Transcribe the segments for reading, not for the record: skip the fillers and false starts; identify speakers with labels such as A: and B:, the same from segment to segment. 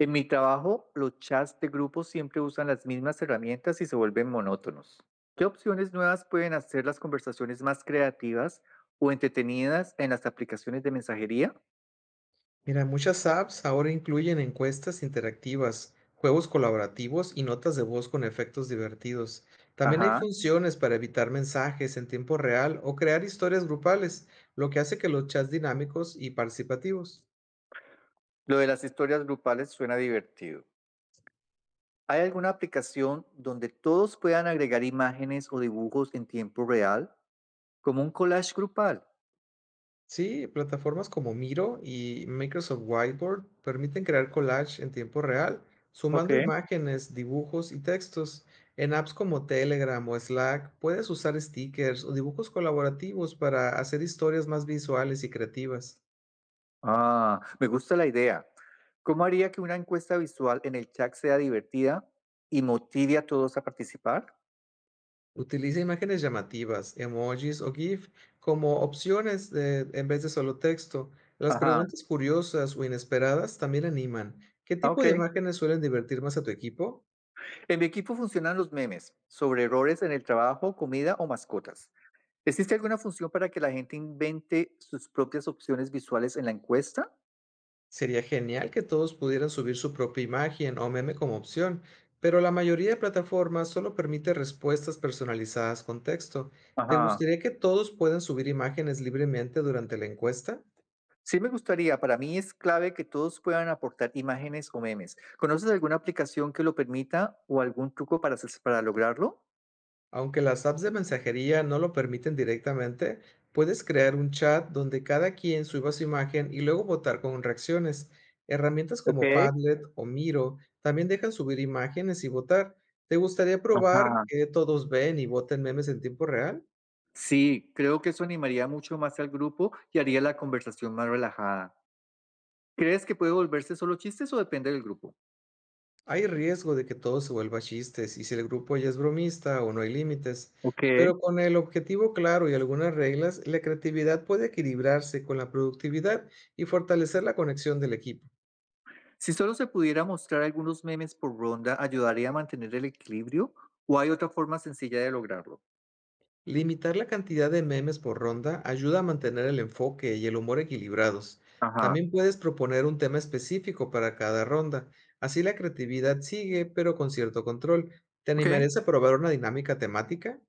A: En mi trabajo, los chats de grupo siempre usan las mismas herramientas y se vuelven monótonos. ¿Qué opciones nuevas pueden hacer las conversaciones más creativas o entretenidas en las aplicaciones de mensajería?
B: Mira, muchas apps ahora incluyen encuestas interactivas, juegos colaborativos y notas de voz con efectos divertidos. También hay
A: Ajá.
B: funciones para evitar mensajes en tiempo real o crear historias grupales, lo que hace que los chats dinámicos y participativos.
A: Lo de las historias grupales suena divertido. ¿Hay alguna aplicación donde todos puedan agregar imágenes o dibujos en tiempo real, como un collage grupal?
B: Sí, plataformas como Miro y Microsoft Whiteboard permiten crear collage en tiempo real,
A: Ok.
B: sumando imágenes, dibujos y textos. En apps como Telegram o Slack puedes usar stickers o dibujos colaborativos para hacer historias más visuales y creativas.
A: Ah, me gusta la idea. ¿Cómo haría que una encuesta visual en el chat sea divertida y motive a todos a participar?
B: Utiliza imágenes llamativas, emojis o GIF como en vez de solo texto. Las
A: Ajá,
B: preguntas curiosas o inesperadas también animan. ¿Qué
A: ah,
B: tipo de
A: okey.
B: imágenes suelen divertir más a tu equipo?
A: En mi equipo funcionan los memes sobre errores en el trabajo, comida o mascotas. ¿Existe alguna función para que la gente invente sus propias opciones visuales en la encuesta?
B: Sería genial que todos pudieran subir su propia imagen o meme como opción, pero la mayoría de plataformas solo permite respuestas personalizadas con texto. ¿Te
A: Ajá.
B: gustaría que todos puedan subir imágenes libremente durante la encuesta?
A: Sí me gustaría, para mí es clave que todos puedan aportar imágenes o memes. ¿Conoces alguna aplicación que lo permita o algún truco para haces para lograrlo?
B: Aunque las apps de mensajería no lo permiten directamente, puedes crear un chat donde cada quien suba su imagen y luego votar con reacciones. Herramientas como
A: Okey.
B: Padlet o Miro también dejan subir imágenes y votar. ¿Te gustaría probar
A: Ajá.
B: que todos ven y voten memes en tiempo real?
A: Sí, creo que eso animaría mucho más al grupo y haría la conversación más relajada. ¿Crees que puede volverse solo chistes o depende del grupo?
B: Hay riesgo de que todo se vuelva chistes y si el grupo ya es bromista o no hay límites,
A: Okey.
B: pero con el objetivo claro y algunas reglas, la creatividad puede equilibrarse con la productividad y fortalecer la conexión del equipo.
A: Si solo se pudiera mostrar algunos memes por ronda, ¿ayudaría a mantener el equilibrio? ¿O hay otra forma sencilla de lograrlo?
B: Limitar la cantidad de memes por ronda ayuda a mantener el enfoque y el humor equilibrados.
A: Ajá,
B: También puedes proponer un tema específico para cada ronda, así la creatividad sigue, pero con cierto control. ¿Te
A: ok.
B: animarías a probar una dinámica temática?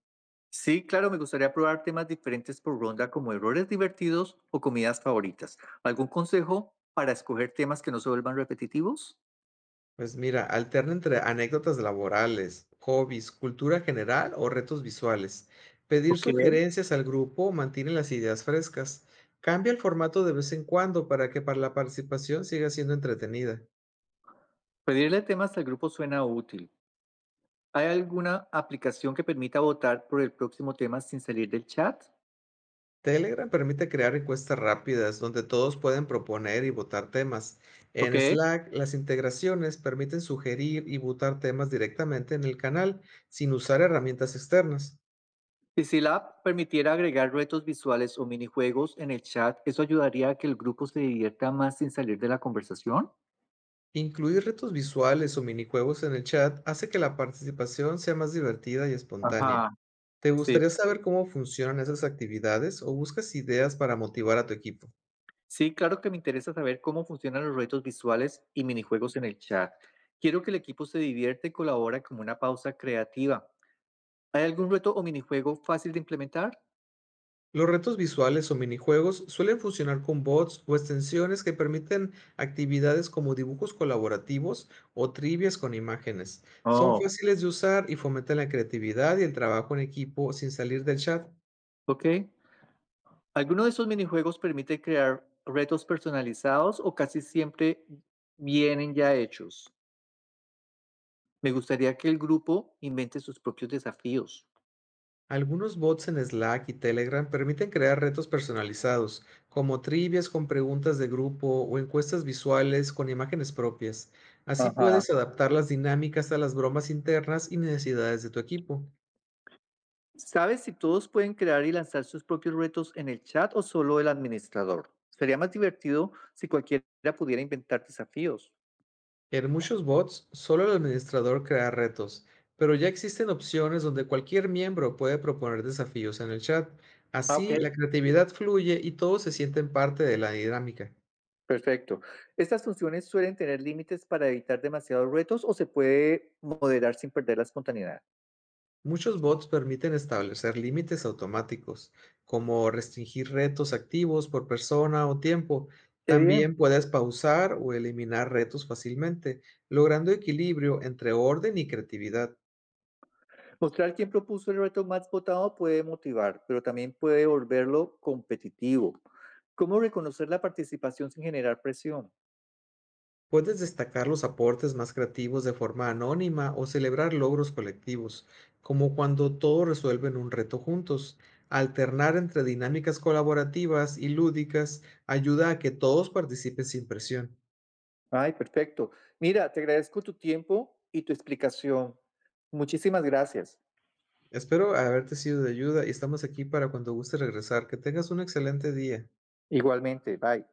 A: Sí, claro, me gustaría probar temas diferentes por ronda como errores divertidos o comidas favoritas. ¿Algún consejo para escoger temas que no se vuelvan repetitivos?
B: Pues mira, alterna entre anécdotas laborales, hobbies, cultura general o retos visuales. Pedir
A: Ok.
B: sugerencias al grupo mantiene las ideas frescas. Cambia el formato de vez en cuando para que para la participación siga siendo entretenida.
A: Pedirle temas al grupo suena útil. ¿Hay alguna aplicación que permita votar por el próximo tema sin salir del chat?
B: Telegram permite crear encuestas rápidas donde todos pueden proponer y votar temas. En
A: Ok.
B: Slack, las integraciones permiten sugerir y votar temas directamente en el canal sin usar herramientas externas.
A: Si Silab permitiera agregar retos visuales o minijuegos en el chat, ¿eso ayudaría a que el grupo se divierta más sin salir de la conversación?
B: Incluir retos visuales o minijuegos en el chat hace que la participación sea más divertida y espontánea.
A: Ajá,
B: ¿Te
A: sí.
B: gustaría saber cómo funcionan esas actividades o buscas ideas para motivar a tu equipo?
A: Sí, claro que me interesa saber cómo funcionan los retos visuales y minijuegos en el chat. Quiero que el equipo se divierta y colabore como una pausa creativa. ¿Hay algún reto o minijuego fácil de implementar?
B: Los retos visuales o minijuegos suelen funcionar con bots o extensiones que permiten actividades como dibujos colaborativos o trivias con imágenes. Son
A: Oh,
B: fáciles de usar y fomentan la creatividad y el trabajo en equipo sin salir del chat.
A: ok. ¿Alguno de esos minijuegos permite crear retos personalizados o casi siempre vienen ya hechos? Me gustaría que el grupo invente sus propios desafíos.
B: Algunos bots en Slack y Telegram permiten crear retos personalizados, como trivias con preguntas de grupo o encuestas visuales con imágenes propias. Así
A: Ajá.
B: puedes adaptar las dinámicas a las bromas internas y necesidades de tu equipo.
A: ¿Sabes si todos pueden crear y lanzar sus propios retos en el chat o solo el administrador? Sería más divertido si cualquiera pudiera inventar desafíos.
B: En muchos bots, solo el administrador crea retos, pero ya existen opciones donde cualquier miembro puede proponer desafíos en el chat.
A: Ah, ok.
B: Así, la creatividad fluye y todos se sienten parte de la dinámica.
A: Perfecto. ¿Estas funciones suelen tener límites para evitar demasiados retos o se puede moderar sin perder la espontaneidad?
B: Muchos bots permiten establecer límites automáticos, como restringir retos activos por persona o tiempo.
A: Qué bien.
B: También puedes pausar o eliminar retos fácilmente, logrando equilibrio entre orden y creatividad.
A: Mostrar quién propuso el reto más votado puede motivar, pero también puede volverlo competitivo. ¿Cómo reconocer la participación sin generar presión?
B: Puedes destacar los aportes más creativos de forma anónima o celebrar logros colectivos, como cuando todos resuelven un reto juntos. Alternar entre dinámicas colaborativas y lúdicas ayuda a que todos participen sin presión.
A: Ay, perfecto. Mira, te agradezco tu tiempo y tu explicación. Muchísimas gracias.
B: Espero haberte sido de ayuda y estamos aquí para cuando guste regresar. Que tengas un excelente día.
A: Igualmente, bye.